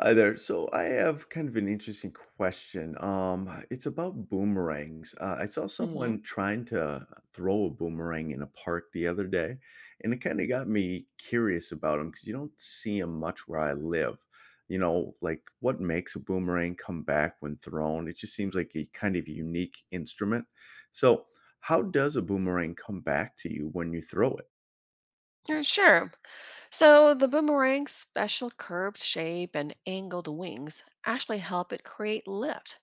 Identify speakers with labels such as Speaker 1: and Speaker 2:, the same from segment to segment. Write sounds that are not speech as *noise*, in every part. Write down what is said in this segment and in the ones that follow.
Speaker 1: Hi there. So I have kind of an interesting question. It's about boomerangs. I saw
Speaker 2: Mhm.
Speaker 1: someone trying to throw a boomerang in a park the other day, and it kind of got me curious about them because you don't see them much where I live. You know, like what makes a boomerang come back when thrown? It just seems like a kind of unique instrument. So, how does a boomerang come back to you when you throw it?
Speaker 2: Sure. So the boomerang's special curved shape and angled wings actually help it create lift,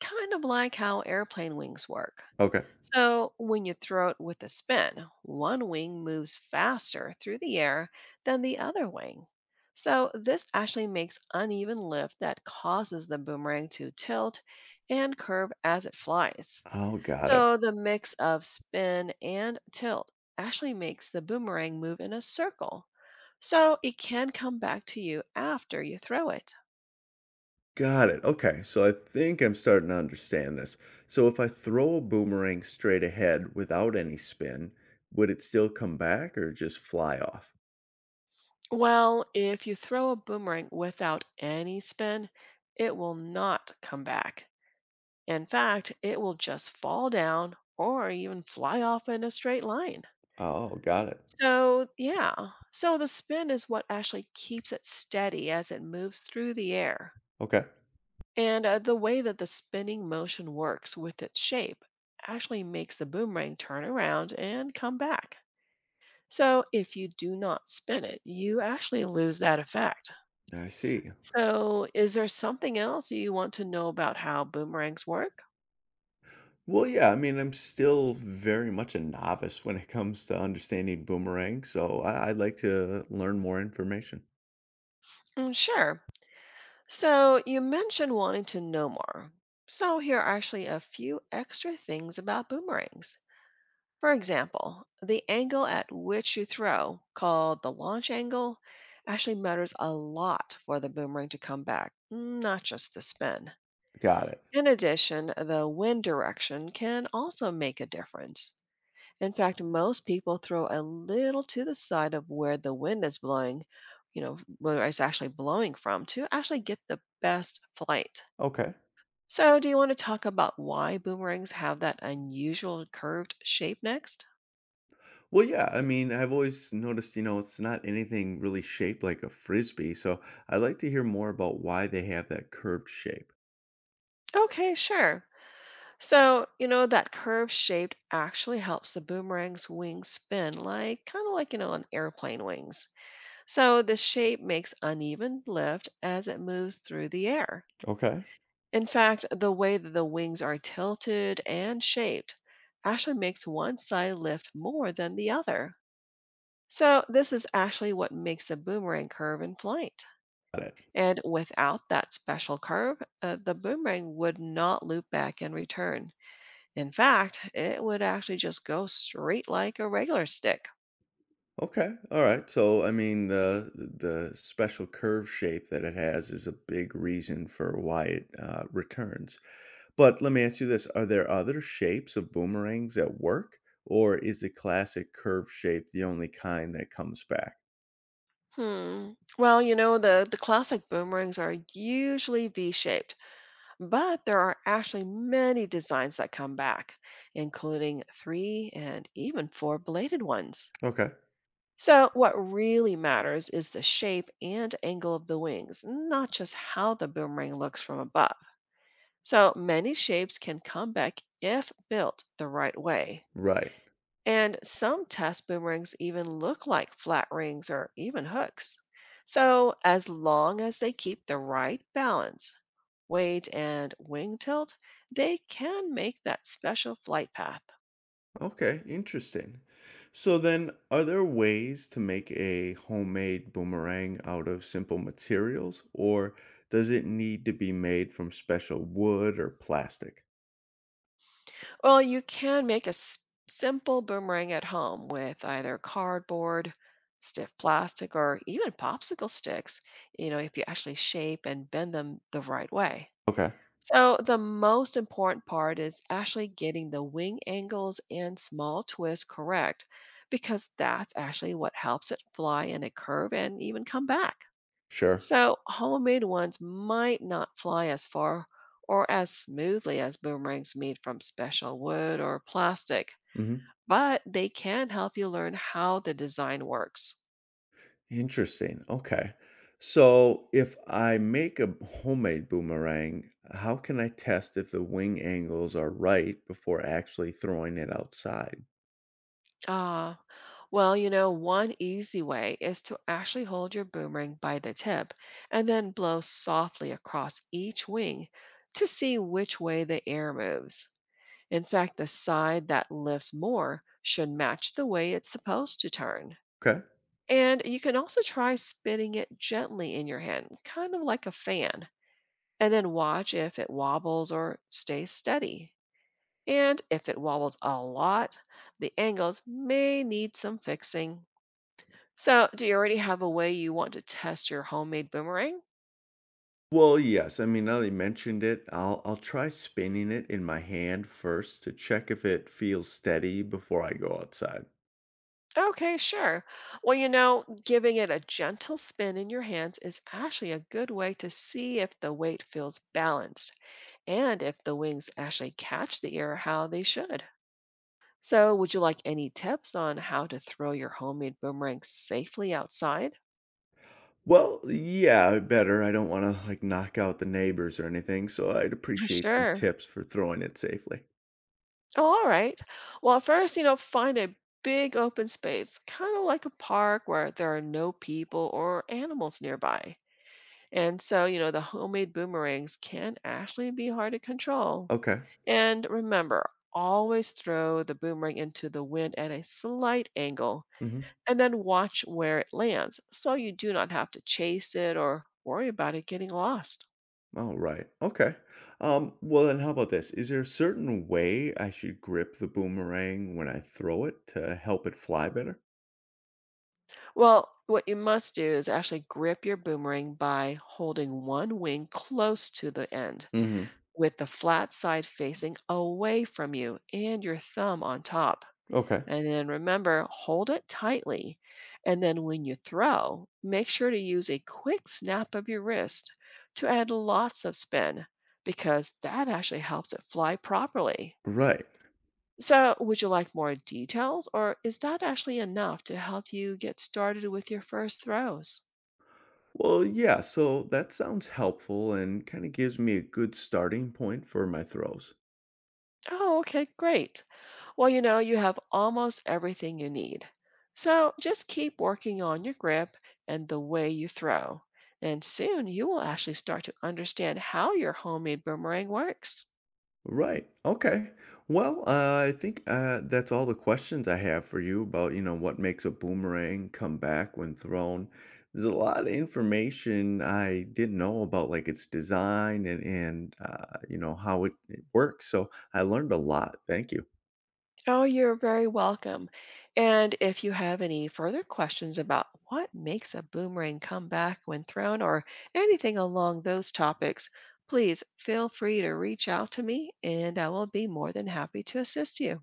Speaker 2: kind of like how airplane wings work.
Speaker 1: Okay.
Speaker 2: So when you throw it with a spin, one wing moves faster through the air than the other wing. So this actually makes uneven lift that causes the boomerang to tilt and curve as it flies.
Speaker 1: Oh, got it.
Speaker 2: So the mix of spin and tilt actually makes the boomerang move in a circle so it can come back to you after you throw it.
Speaker 1: Got it, okay, so I think I'm starting to understand this. So if I throw a boomerang straight ahead without any spin, would it still come back or just fly off?
Speaker 2: Well, if you throw a boomerang without any spin, it will not come back. In fact, it will just fall down or even fly off in a straight line.
Speaker 1: Oh, got it.
Speaker 2: So, yeah, so the spin is what actually keeps it steady as it moves through the air.
Speaker 1: Okay,
Speaker 2: And the way that the spinning motion works with its shape actually makes the boomerang turn around and come back. So if you do not spin it, you actually lose that effect.
Speaker 1: I see.
Speaker 2: So, is there something else you want to know about how boomerangs work?
Speaker 1: Well, yeah, I mean, I'm still very much a novice when it comes to understanding boomerang, so I'd like to learn more information.
Speaker 2: Sure. So, you mentioned wanting to know more. So, here are actually a few extra things about boomerangs. For example, the angle at which you throw, called the launch angle, actually matters a lot for the boomerang to come back, not just the spin.
Speaker 1: Got it.
Speaker 2: In addition, the wind direction can also make a difference. In fact, most people throw a little to the side of where the wind is blowing, you know, where it's actually blowing from to actually get the best flight.
Speaker 1: Okay.
Speaker 2: So, do you want to talk about why boomerangs have that unusual curved shape next?
Speaker 1: Well, yeah, I mean, I've always noticed, you know, it's not anything really shaped like a frisbee, so I'd like to hear more about why they have that curved shape.
Speaker 2: Okay, sure. So, you know, that curved shape actually helps the boomerang's wings spin like kind of like, you know, an airplane wings. So the shape makes uneven lift as it moves through the air.
Speaker 1: Okay.
Speaker 2: In fact, the way that the wings are tilted and shaped actually makes one side lift more than the other. So this is actually what makes a boomerang curve in flight.
Speaker 1: Got it.
Speaker 2: And without that special curve, the boomerang would not loop back and return. In fact, it would actually just go straight like a regular stick.
Speaker 1: Okay. All right. So, I mean, the special curve shape that it has is a big reason for why it returns. But let me ask you this: Are there other shapes of boomerangs that work, or is the classic curve shape the only kind that comes back?
Speaker 2: Hmm. Well, you know, the classic boomerangs are usually V shaped. But there are actually many designs that come back, including three and even four bladed ones.
Speaker 1: Okay.
Speaker 2: So, what really matters is the shape and angle of the wings, not just how the boomerang looks from above. So, many shapes can come back if built the right way.
Speaker 1: Right.
Speaker 2: And some test boomerangs even look like flat rings or even hooks. So, as long as they keep the right balance, weight, and wing tilt, they can make that special flight path.
Speaker 1: Okay, interesting. So then, are there ways to make a homemade boomerang out of simple materials, or does it need to be made from special wood or plastic?
Speaker 2: Well, you can make simple boomerang at home with either cardboard, stiff plastic, or even popsicle sticks, you know, if you actually shape and bend them the right way.
Speaker 1: Okay,
Speaker 2: So the most important part is actually getting the wing angles and small twists correct because that's actually what helps it fly in a curve and even come back.
Speaker 1: sure.
Speaker 2: So homemade ones might not fly as far or as smoothly as boomerangs made from special wood or plastic,
Speaker 1: Hmm.
Speaker 2: but they can help you learn how the design works.
Speaker 1: Interesting. Okay. So if I make a homemade boomerang, how can I test if the wing angles are right before actually throwing it outside?
Speaker 2: Ah. Well, you know, one easy way is to actually hold your boomerang by the tip and then blow softly across each wing to see which way the air moves. In fact, the side that lifts more should match the way it's supposed to turn.
Speaker 1: Okay.
Speaker 2: And you can also try spinning it gently in your hand, kind of like a fan, and then watch if it wobbles or stays steady. And if it wobbles a lot, the angles may need some fixing. So, do you already have a way you want to test your homemade boomerang?
Speaker 1: Well, yes. I mean, now that you mentioned it, I'll try spinning it in my hand first to check if it feels steady before I go outside.
Speaker 2: Okay, sure. Well, you know, giving it a gentle spin in your hands is actually a good way to see if the weight feels balanced and if the wings actually catch the air how they should. So, would you like any tips on how to throw your homemade boomerang safely outside?
Speaker 1: Well, yeah, better. I don't want to like knock out the neighbors or anything, so I'd
Speaker 2: *laughs*
Speaker 1: appreciate some
Speaker 2: Sure.
Speaker 1: tips for throwing it safely.
Speaker 2: Oh, all right. Well, first, you know, find a big open space, kind of like a park where there are no people or animals nearby. And so, you know, the homemade boomerangs can actually be hard to control.
Speaker 1: Okay.
Speaker 2: And remember, always throw the boomerang into the wind at a slight angle
Speaker 1: Mm-hmm.
Speaker 2: and then watch where it lands so you do not have to chase it or worry about it getting lost.
Speaker 1: All right. Okay. Well then how about this? Is there a certain way I should grip the boomerang when I throw it to help it fly better?
Speaker 2: Well, what you must do is actually grip your boomerang by holding one wing close to the end
Speaker 1: Mm-hmm.
Speaker 2: with the flat side facing away from you and your thumb on top.
Speaker 1: Okay.
Speaker 2: And then remember, hold it tightly. And then when you throw, make sure to use a quick snap of your wrist to add lots of spin because that actually helps it fly properly.
Speaker 1: Right.
Speaker 2: So, would you like more details or is that actually enough to help you get started with your first throws?
Speaker 1: Well, yeah, so that sounds helpful and kind of gives me a good starting point for my throws.
Speaker 2: Oh, okay, great. Well, you know, you have almost everything you need. So just keep working on your grip and the way you throw. And soon you will actually start to understand how your homemade boomerang works.
Speaker 1: Right. Okay. Well, I think that's all the questions I have for you about, you know, what makes a boomerang come back when thrown. There's a lot of information I didn't know about, like its design and you know how it works. So I learned a lot. Thank you.
Speaker 2: Oh, you're very welcome. And if you have any further questions about what makes a boomerang come back when thrown or anything along those topics, please feel free to reach out to me and I will be more than happy to assist you.